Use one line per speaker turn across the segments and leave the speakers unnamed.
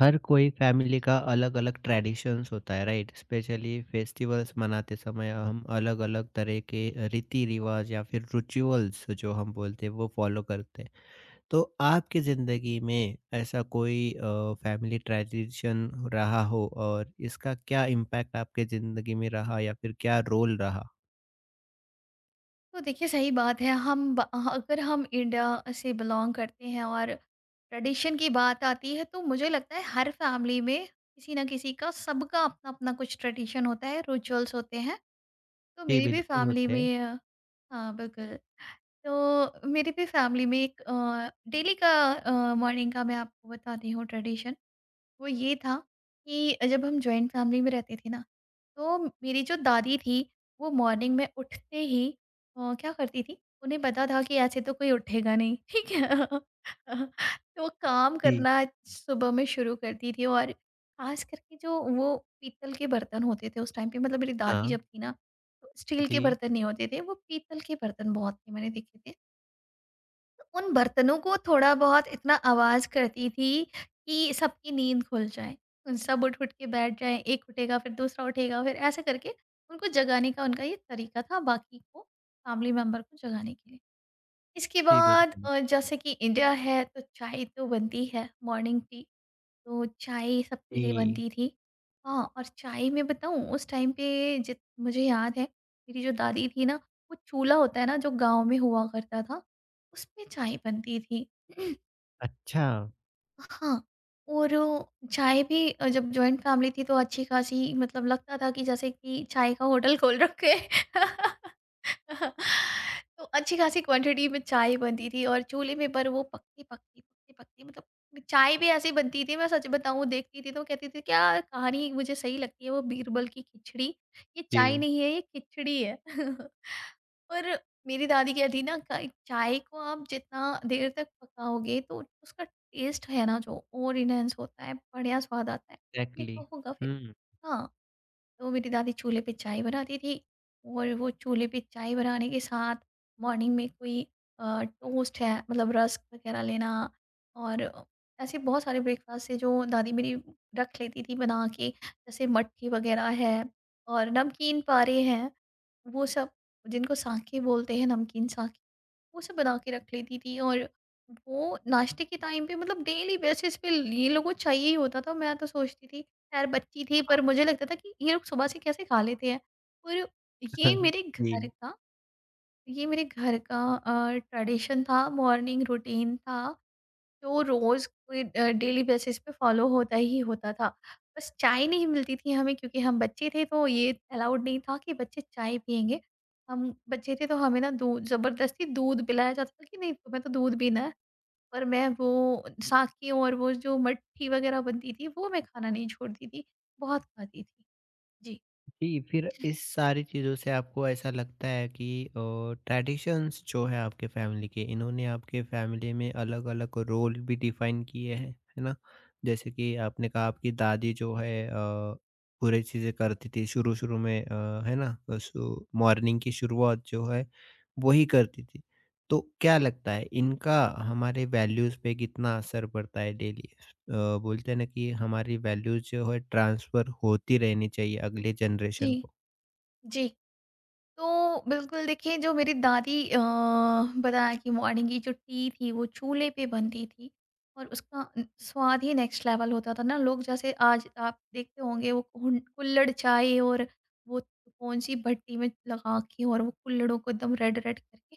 हर कोई फैमिली का अलग-अलग ट्रेडिशंस होता है राइट? स्पेशली फेस्टिवल्स मनाते समय हम अलग-अलग तरह के रीति-रिवाज या फिर रिचुअल्स जो हम बोलते हैं वो फॉलो करते हैं। तो आपकी ज़िंदगी में ऐसा कोई फैमिली ट्रेडिशन रहा हो और इसका क्या इम्पैक्ट आपके ज़िंदगी में रहा या फिर क्या रोल रहा?
तो देखिए सही बात है। अगर हम इंडिया से बिलोंग करते हैं और ट्रेडिशन की बात आती है तो मुझे लगता है हर फैमिली में किसी ना किसी का सबका अपना अपना कुछ ट्रेडिशन होता है, रिचुअल्स होते हैं। तो
जी,
मेरी भी
बिल्कुल
फैमिली
होते हैं।
में हाँ बिल्कुल, तो मेरी भी फैमिली में एक डेली का मॉर्निंग का मैं आपको बताती हूँ ट्रेडिशन। वो ये था कि जब हम जॉइंट फैमिली में रहते थे ना, तो मेरी जो दादी थी, वो मॉर्निंग में उठते ही क्या करती थी, उन्हें पता था कि ऐसे तो कोई उठेगा नहीं, ठीक है? तो काम
जी,
करना सुबह में शुरू करती थी, और ख़ास करके जो वो पीतल के बर्तन होते थे उस टाइम पे, मतलब मेरी दादी
हाँ,
जब थी ना, तो स्टील के
जी,
बर्तन नहीं होते थे, वो पीतल के बर्तन बहुत थे, मैंने देखे थे। उन बर्तनों को थोड़ा-बहुत इतना आवाज़ करती थी कि सबकी नींद खुल जाए। उन सब उठ-उठ के बैठ जाएँ, एक उठेगा फिर दूसरा उठेगा, फिर ऐसे करके उनको जगाने का उनका ये तरीका था, बाकी को फैमिली मेंबर को जगाने के लिए। इसके
जी,
बाद
बिल्कुल।
जैसे कि इंडिया है तो चाय तो बनती है, मॉर्निंग टी। तो चाय सबके लिए
जी,
बनती थी। हाँ, और चाय में बताऊँ, उस टाइम पे जित मुझे याद है, मेरी जो दादी थी ना, वो चूल्हा होता है ना जो गाँव में हुआ करता था, उसमें चाय बनती थी।
अच्छा,
हाँ, और वो चाय भी, जब जॉइंट फैमिली थी तो अच्छी खासी, मतलब लगता था कि जैसे कि चाय का होटल खोल रखे है। तो अच्छी खासी क्वांटिटी में चाय बनती थी, और चूल्हे में पर वो पकती पकती, मतलब चाय भी ऐसी बनती थी, मैं सच बताऊँ देखती थी तो कहती थी, क्या कहानी मुझे सही लगती है वो बीरबल की खिचड़ी। ये चाय
जी,
नहीं है, ये खिचड़ी है। और मेरी दादी कहती ना चाय को आप जितना देर तक पकाओगे तो उसका टेस्ट है ना जो, और इन्हेंस होता है, बढ़िया स्वाद आता है। आपने
एग्ज़ैक्टली।
कहा होगा फिर।
हुँ,
हाँ, तो मेरी दादी चूल्हे पे चाय बनाती थी, और वो चूल्हे पे चाय बनाने के साथ मॉर्निंग में कोई टोस्ट है, मतलब रस्क वग़ैरह लेना। और ऐसे बहुत सारे ब्रेकफ़ास्ट थे जो दादी मेरी रख लेती थी बना के, जैसे मट्ठी वग़ैरह है और नमकीन पारे हैं, वो सब जिनको साके बोलते हैं, नमकीन सा। वो सब बना के रख लेती थी, और वो नाश्ते के टाइम पे, मतलब डेली बेसिस पे ये लोगों को चाहिए ही होता था। मैं तो सोचती थी, खैर बच्ची थी, पर
हाँ।
मुझे लगता था कि ये लोग सुबह से कैसे खा लेते हैं। और ये मेरे
जी।
घर का ये मेरे घर का ट्रेडिशन था, मॉर्निंग रूटीन था, जो रोज़ कोई डेली बेसिस पे फॉलो होता ही होता था। बस चाय नहीं मिलती थी हमें, क्योंकि हम बच्चे थे तो ये अलाउड नहीं था कि बच्चे चाय पिएँगे। हम बच्चे थे तो हमें ना दूध, ज़बरदस्ती दूध पिलाया जाता था कि नहीं तुम्हें तो दूध पीना है। पर मैं वो साके और वो जो मट्ठी वग़ैरह बनती थी वो मैं खाना नहीं छोड़ती थी, बहुत खाती थी। जी।
जी, फिर इस सारी चीज़ों से आपको ऐसा लगता है कि ट्रेडिशंस जो है आपके फैमिली के इन्होंने आपके फैमिली में अलग-अलग रोल भी डिफाइन किए हैं, है ना? जैसे कि आपने कहा आपकी दादी जो है पूरी चीज़ें करती थी शुरू-शुरू में है ना? अ, सु मॉर्निंग की शुरुआत जो है वही करती थी। तो क्या लगता है इनका हमारे वैल्यूज़ पे कितना असर पड़ता है डेली? बोलते हैं ना कि हमारी वैल्यूज़ जो है ट्रांसफ़र होती रहनी चाहिए अगली जनरेशन
जी,
को।
जी। तो बिल्कुल देखिए, जो मेरी दादी बताया कि मॉर्निंग की जो टी थी वो चूल्हे पे बनती थी, और उसका स्वाद ही नेक्स्ट लेवल होता था ना। लोग जैसे आज आप देखते होंगे वो कुल्हड़ चाय, और वो कौन सी भट्टी में लगा के, और वो कुल्हड़ों को एकदम रेड रेड करके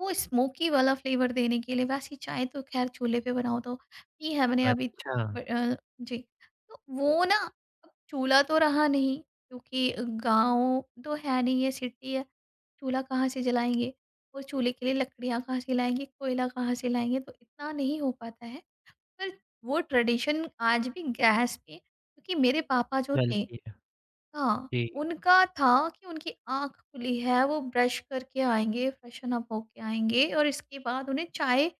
वो स्मोकी वाला फ्लेवर देने के लिए, वैसी चाय तो खैर चूल्हे पे बनाओ तो पी है मैंने अभी।
अच्छा,
जी। तो वो ना, अब चूल्हा तो रहा नहीं, क्योंकि गाँव तो है नहीं, ये सिटी है, चूल्हा कहाँ से जलाएँगे? और चूल्हे के लिए लकड़ियाँ कहाँ से लाएँगे? कोयला कहाँ से लाएँगे? तो इतना नहीं हो पाता है। पर वो ट्रेडिशन आज भी गैस पे, क्योंकि मेरे पापा जो थे,
चलती है।
हाँ,
जी,
उनका था कि उनकी आँख खुली है, वो ब्रश करके आएँगे, फ्रेशन अप होके आएँगे, और इसके बाद उन्हें चाय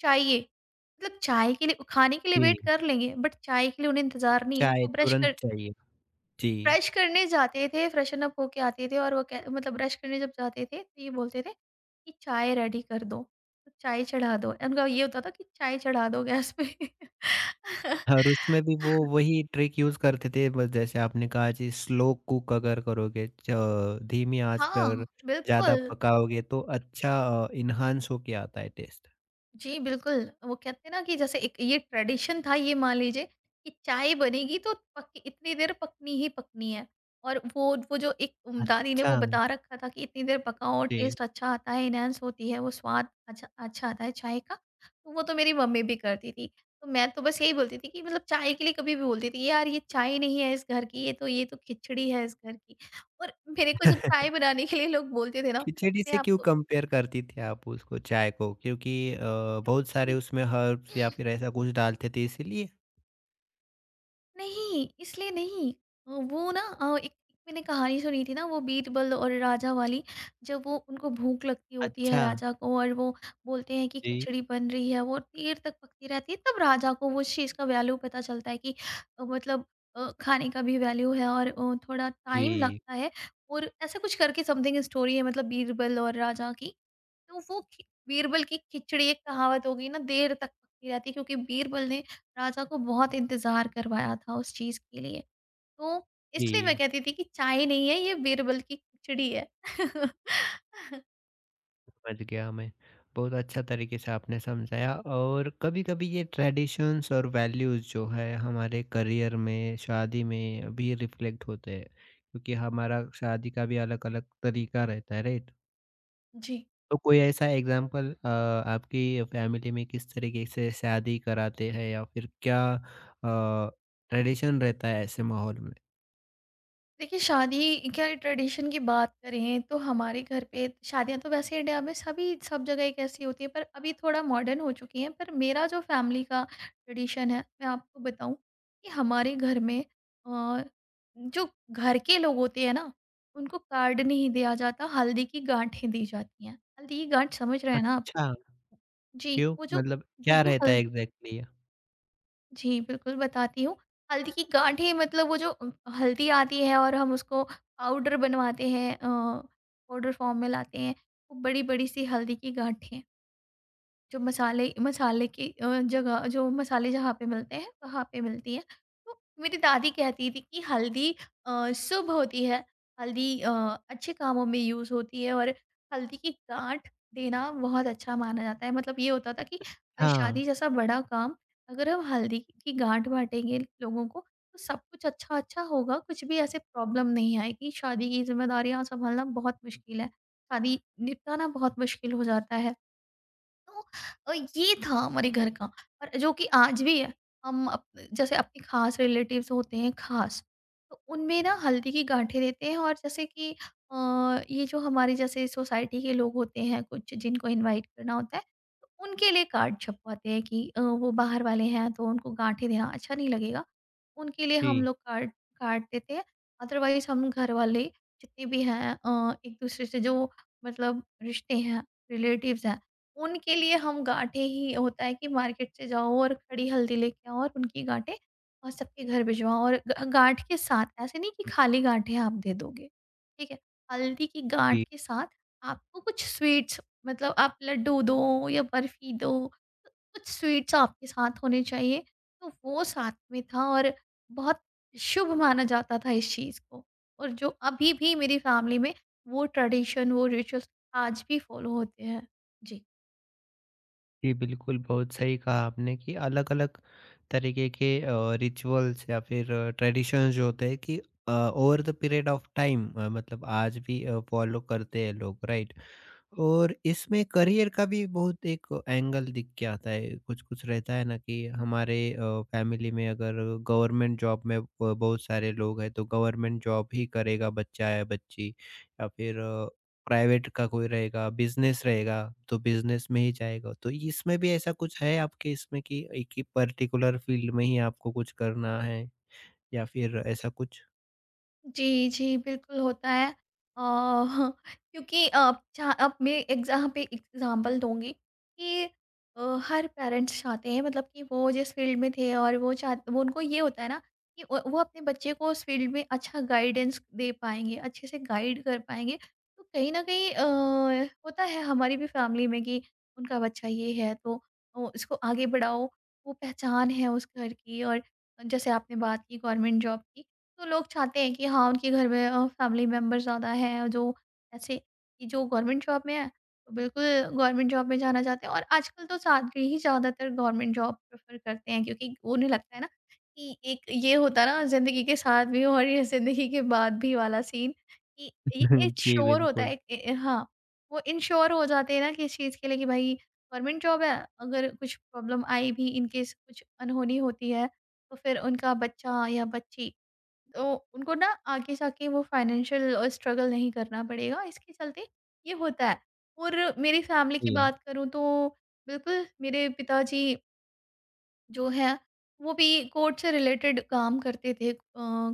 चाहिए। मतलब चाय के लिए, खाने के लिए वेट
जी।
कर लेंगे बट चाय के लिए उन्हें इंतज़ार नहीं है।
चाय
वो ब्रश
तुरंत
कर
चाहिए। जी,
ब्रश करने जाते थे, फ्रेशन अप होके आते थे, और वो कह मतलब ब्रश करने जब जाते थे, तो ये बोलते थे कि चाय रेडी कर दो, तो चाय चढ़ा दो। उनका ये होता था कि चाय चढ़ा दो गैस पे।
और उसमें भी वो वही ट्रिक यूज़ करते थे बस जैसे आपने कहा जी स्लो कुक अगर करोगे च धीमी आँच
हाँ,
पर ज़्यादा
बिल्कुल।
पकाओगे तो अच्छा एन्हांस होके आता है टेस्ट।
जी, बिल्कुल। वो कहते हैं ना कि, जैसे एक ये ट्रेडिशन था, ये मान लीजिए कि चाय बनेगी तो पक इतनी देर पकनी ही पकनी है। और वो जो एक दादी ने
अच्छा,
वो बता रखा था कि इतनी देर पकाओ
जी।
टेस्ट अच्छा आता है, एनहांस होती है, वो स्वाद अच्छा अच्छा आता है चाय का। तो वो तो मेरी मम्मी भी करती थी। तो मैं तो बस यही बोलती थी कि, मतलब चाय के लिए कभी भी बोलती थी, "यार ये चाय नहीं है इस घर की, ये तो खिचड़ी है इस घर की।" और मेरे को जब चाय बनाने के लिए लोग बोलते थे ना,
खिचड़ी
मैं
से क्यों
आपको
कंपेयर करती थी आप उसको चाय को? क्योंकि बहुत सारे उसमें हर्ब्स या फिर ऐसा कुछ डालते थे इसीलिए?
नहीं, इसलिए नहीं। वो ना अ, एक एक मैंने कहानी सुनी थी ना, वो बीरबल और राजा वाली, जब वो उनको भूख लगती होती है
अच्छा,
राजा को, और वो बोलते हैं कि
जी,
खिचड़ी बन रही है, वो देर तक पकती रहती है, तब राजा को उस चीज़ का वैल्यू पता चलता है कि मतलब खाने का भी वैल्यू है, और थोड़ा टाइम
जी,
लगता है, और ऐसा कुछ करके समथिंग स्टोरी है, मतलब बीरबल और राजा की। तो वो खि बीरबल की खिचड़ी एक कहावत हो गई ना, देर तक पकती रहती है, क्योंकि बीरबल ने राजा को बहुत इंतज़ार करवाया था उस चीज़ के लिए। तो इसलिए मैं
जी।
कहती थी कि चाय नहीं है ये, बीरबल की खिचड़ी है।
समझ गया मैं। बहुत अच्छा तरीके से आपने समझाया और कभी-कभी ये ट्रेडिशंस और वैल्यूज़ जो है हमारे करियर में, शादी में भी रिफ्लेक्ट होते हैं। क्योंकि हमारा शादी का भी अलग-अलग तरीका रहता है, राइट?
जी।
तो कोई ऐसा एग्जाम्पल आपकी फैमिली में किस तरीके से शादी कराते हैं या फिर क्या ट्रेडिशन रहता है ऐसे माहौल में?
देखिए शादी क्या, ट्रेडिशन की बात करें तो हमारे घर पे शादियां तो वैसे इंडिया में सभी सब जगह एक ऐसी होती है, पर अभी थोड़ा मॉडर्न हो चुकी हैं, पर मेरा जो फैमिली का ट्रेडिशन है मैं आपको बताऊं कि हमारे घर में अ, जो घर के लोग होते हैं ना, उनको कार्ड नहीं दिया जाता, हल्दी की गांठें दी जाती हैं। हल्दी की गांठ समझ रहे हैं ना आप?
अच्छा,
जी,
क्यों?
वो जो
मतलब
वो
क्या
जो
रहता है
हल्दी,
एग्ज़ैक्टली?
जी, बिल्कुल बताती हूँ। हल्दी की गाँठें मतलब वो जो हल्दी आती है, और हम उसको पाउडर बनवाते हैं, पाउडर फ़ॉर्म में लाते हैं, वो बड़ी-बड़ी सी हल्दी की गाँठें। जो मसाले मसाले की अ, जगह जो मसाले जहाँ पे मिलते हैं वहाँ पे मिलती है। तो मेरी दादी कहती थी कि हल्दी शुभ होती है, हल्दी अच्छे कामों में यूज़ होती है, और हल्दी की गाँठ देना बहुत अच्छा माना जाता है। मतलब ये होता था कि
हाँ,
शादी जैसा बड़ा काम, अगर हम हल्दी की गाँठ बाँटेंगे लोगों को तो सब कुछ अच्छा-अच्छा होगा, कुछ भी ऐसे प्रॉब्लम नहीं आएगी। शादी की ज़िम्मेदारियाँ सँभालना बहुत मुश्किल है, शादी निपटाना बहुत मुश्किल हो जाता है। तो ये था हमारे घर का, और जो कि आज भी है। हम अप जैसे अपने खास रिलेटिव्स होते हैं खास, तो उनमें ना हल्दी की गाँठें देते हैं, और जैसे कि अ, ये जो हमारे जैसे सोसाइटी के लोग होते हैं कुछ जिनको इनवाइट करना होता है, तो उनके लिए कार्ड छपवाते हैं कि वो बाहर वाले हैं तो उनको गाँठें देना अच्छा नहीं लगेगा। उनके लिए हम
जी,
लोग कार्ड कार्ड देते हैं। अदरवाइज़ हम घर वाले जितने भी हैं एक-दूसरे से जो मतलब रिश्ते हैं, रिलेटिव्स हैं, उनके लिए हम गाँठें ही होता है कि मार्केट से जाओ और खड़ी हल्दी लेके आओ और उनकी गाँठें और सबके घर भिजवाओ, और ग गाँठ के साथ, ऐसे नहीं कि खाली गाँठें आप दे दोगे, ठीक है? हल्दी की गाँठ
जी,
के साथ आपको कुछ स्वीट्स मतलब आप लड्डू दो या बर्फी दो, तो कुछ स्वीट्स आपके साथ होने चाहिए, तो वो साथ में था और बहुत शुभ माना जाता था इस चीज़ को। और जो अभी भी मेरी फैमिली में वो ट्रेडिशन, वो रिचुअल्स आज भी फॉलो होते हैं। जी।
जी, बिल्कुल, बहुत सही कहा आपने कि अलग-अलग तरीके के रिचुअल्स या फिर ट्रेडिशंस जो होते हैं कि over the period of time मतलब आज भी फॉलो करते हैं लोग, राइट? और इसमें करियर का भी बहुत एक एंगल दिख के आता है कुछ-कुछ रहता है ना कि हमारे फैमिली में अगर गवर्नमेंट जॉब में बहुत सारे लोग हैं तो गवर्नमेंट जॉब ही करेगा बच्चा या बच्ची या फिर प्राइवेट का कोई रहेगा, बिज़नेस रहेगा तो बिज़नेस में ही जाएगा। तो इसमें भी ऐसा कुछ है आपके इसमें कि एक ही पर्टिकुलर फील्ड में ही आपको कुछ करना है या फिर ऐसा कुछ?
जी, जी, बिल्कुल होता है। क्योंकि अब जहाँ अब मैं एक जहाँ पे एग्ज़ाम्पल दूँगी कि अ, हर पेरेंट्स चाहते हैं मतलब कि वो जिस फ़ील्ड में थे और वो उनको ये होता है ना कि वो अपने बच्चे को उस फ़ील्ड में अच्छा गाइडेंस दे पाएँगे, अच्छे से गाइड कर पाएँगे। तो कहीं न कहीं होता है हमारी भी फ़ैमिली में कि उनका बच्चा ये है तो इसको आगे बढ़ाओ, वो पहचान है उस घर की। और जैसे आपने बात की गवर्नमेंट जॉब की, तो लोग चाहते हैं कि हाँ, उनके घर में फैमिली मेंबर ज़्यादा हैं जो ऐसे कि जो गवर्नमेंट जॉब में है, तो बिल्कुल गवर्नमेंट जॉब में जाना चाहते हैं। और आजकल तो छात्र ही ज़्यादातर गवर्नमेंट जॉब प्रेफ़र करते हैं क्योंकि उन्हें लगता है ना कि एक ये होता है ना ज़िंदगी के साथ भी और ये ज़िंदगी के बाद भी वाला सीन। कि ये एक
जी,
श्योर होता है
बिल्कुल।
ए ए हाँ, वो इनश्योर हो जाते हैं ना कि इस चीज़ के लिए कि भाई गवर्नमेंट जॉब है, अगर कुछ प्रॉब्लम आई भी इन केस कुछ अनहोनी होती है, तो फिर उनका बच्चा या बच्ची, तो उनको ना आगे जाके वो फाइनेंशियल स्ट्रगल नहीं करना पड़ेगा, इसके चलते ये होता है। और मेरी फैमिली की
जी,
बात करूँ तो बिल्कुल मेरे पिताजी जो है, वो भी कोर्ट से रिलेटेड काम करते थे,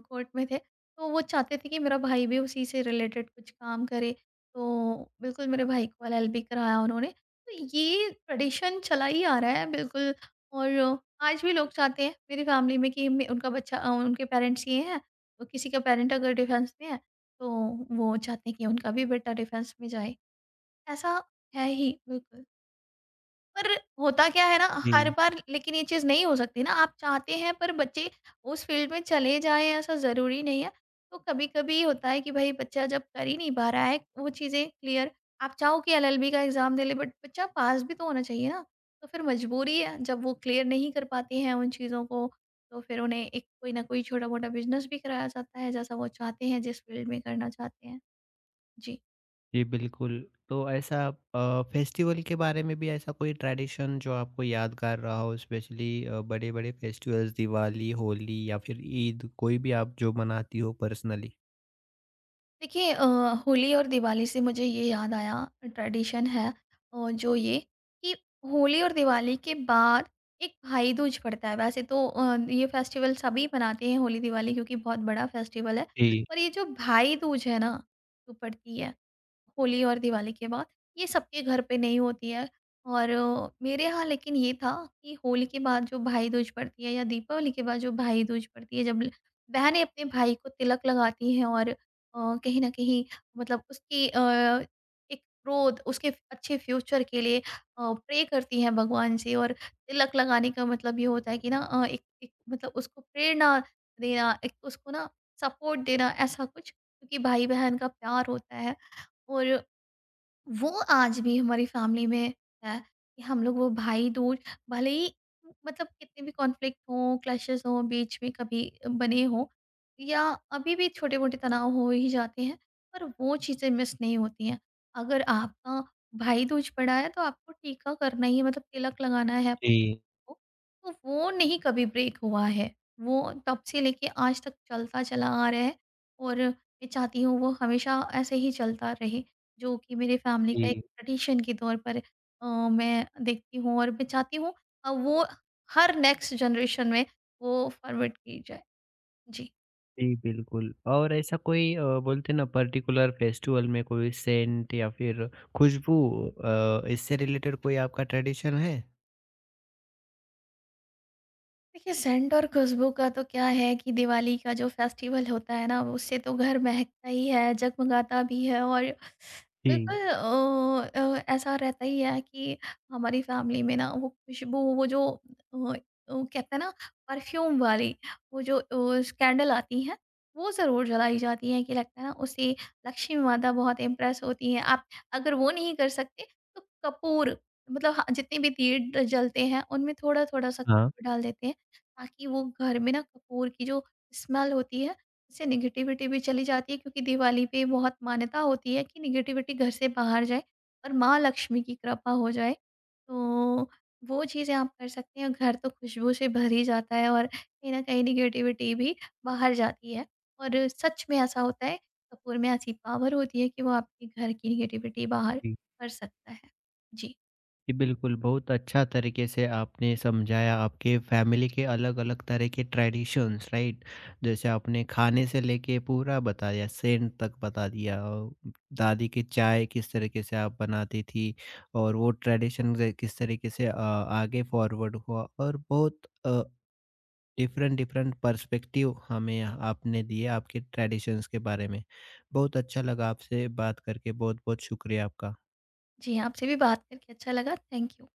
कोर्ट में थे। तो वो चाहते थे कि मेरा भाई भी उसी से रिलेटेड कुछ काम करे, तो बिल्कुल मेरे भाई को एलएलबी कराया उन्होंने। तो ये ट्रेडिशन चला ही आ रहा है बिल्कुल। और आज भी लोग चाहते हैं मेरी फ़ैमिली में कि मे उनका बच्चा, उनके पेरेंट्स ये हैं, तो किसी का पेरेंट अगर डिफेंस में है, तो वो चाहते हैं कि उनका भी बेटा डिफेंस में जाए। ऐसा है ही, बिल्कुल। पर होता क्या है ना, हर
जी।
बार लेकिन ये चीज़ नहीं हो सकती ना। आप चाहते हैं पर बच्चे उस फील्ड में चले जाएँ ऐसा ज़रूरी नहीं है। तो कभी-कभी होता है कि भाई बच्चा जब कर ही नहीं पा रहा है वो चीज़ें क्लियर, आप चाहो कि एलएलबी का एग्ज़ाम दे ले बट बच्चा पास भी तो होना चाहिए ना। तो फिर मजबूरी है, जब वो क्लियर नहीं कर पाते हैं उन चीज़ों को तो फिर उन्हें एक कोई ना कोई छोटा-मोटा बिज़नेस भी कराया जाता है जैसा वो चाहते हैं जिस फील्ड में करना चाहते हैं। जी।
जी, बिल्कुल। तो ऐसा फेस्टिवल के बारे में भी ऐसा कोई ट्रेडिशन जो आपको यादगार रहा हो स्पेशली बड़े-बड़े फेस्टिवल्स दिवाली, होली या फिर ईद कोई भी आप जो मनाती हो पर्सनली?
देखिए होली और दिवाली से मुझे ये याद आया। ट्रेडिशन है जो ये कि होली और दिवाली के बाद एक भाई दूज पड़ता है। वैसे तो ये फेस्टिवल सभी मनाते हैं होली दिवाली क्योंकि बहुत बड़ा फेस्टिवल है,
जी,
पर ये जो भाई दूज है ना जो पड़ती है होली और दिवाली के बाद, ये सबके घर पे नहीं होती है। और मेरे यहाँ लेकिन ये था कि होली के बाद जो भाई दूज पड़ती है या दीपावली के बाद जो भाई दूज पड़ती है, जब बहनें अपने भाई को तिलक लगाती हैं और कहीं ना कहीं मतलब उसकी एक ग्रोथ उसके अच्छे फ्यूचर के लिए प्रे करती हैं भगवान से। और तिलक लगाने का मतलब ये होता है कि ना एक मतलब उसको प्रेरणा देना, एक उसको ना सपोर्ट देना, ऐसा कुछ क्योंकि भाई बहन का प्यार होता है। और वो आज भी हमारी फैमिली में है कि हम लोग वो भाई-दूज, भले ही मतलब कितने भी कॉन्फ्लिक्ट हों, क्लैशेस हों, बीच में कभी बने हों या अभी भी छोटे-मोटे तनाव हो ही जाते हैं, पर वो चीज़ें मिस नहीं होती हैं। अगर आपका भाई-दूज पड़ा है तो आपको टीका करना ही है, मतलब तिलक लगाना है
जी,
को, तो वो नहीं कभी ब्रेक हुआ है। वो तब से लेके आज तक चलता चला आ रहा है और मैं चाहती हूँ वो हमेशा ऐसे ही चलता रहे, जो कि मेरे फैमिली का एक
जी।
ट्रेडिशन के तौर पर मैं देखती हूँ। और मैं चाहती हूँ वो हर नेक्स्ट जनरेशन में वो फॉरवर्ड की जाए। जी।
जी, बिल्कुल और ऐसा कोई बोलते हैं ना पर्टिकुलर फेस्टिवल में कोई सेंट या फिर खुशबू इससे रिलेटेड कोई आपका ट्रेडिशन है?
देखिए सेंट और खुशबू का तो क्या है कि दिवाली का जो फेस्टिवल होता है ना उससे तो घर महकता ही है, जगमगाता भी है। और
जी,
बिल्कुल, ऐसा रहता ही है कि हमारी फैमिली में ना वो खुशबू, वो जो कहते हैं ना परफ्यूम वाली वो जो कैंडल आती है वो ज़रूर जलाई जाती है कि लगता है ना उससे लक्ष्मी माता बहुत इम्प्रेस होती है। आप अगर वो नहीं कर सकते तो कपूर, मतलब हाँ, जितने भी दीप जलते हैं उनमें थोड़ा थोड़ा सा
हाँ।
कपूर डाल देते हैं ताकि वो घर में ना कपूर की जो स्मेल होती है उससे नेगेटिविटी भी चली जाती है। क्योंकि दिवाली पे बहुत मान्यता होती है कि नेगेटिविटी घर से बाहर जाए और माँ लक्ष्मी की कृपा हो जाए, तो वो चीज़ें आप कर सकते हैं। घर तो खुशबू से भर ही जाता है और कहीं ना कहीं नेगेटिविटी भी बाहर जाती है। और सच में ऐसा होता है, कपूर में ऐसी पावर होती है कि वो आपके घर की निगेटिविटी बाहर
जी।
कर सकता है। जी।
जी, बिल्कुल, बहुत अच्छा तरीके से आपने समझाया आपके फैमिली के अलग-अलग तरह के ट्रेडिशंस राइट? जैसे आपने खाने से लेके पूरा बताया, सेंट तक बता दिया औ दादी की चाय किस तरीके से आप बनाती थी और वो ट्रेडिशन ज किस तरीके से आगे फॉरवर्ड हुआ और बहुत अ, डिफरेंट डिफरेंट पर्सपेक्टिव हमें आपने दिए आपके ट्रेडिशंस के बारे में। बहुत अच्छा लगा आपसे बात करके, बहुत-बहुत शुक्रिया आपका।
जी, आपसे भी बात करके अच्छा लगा। Thank you.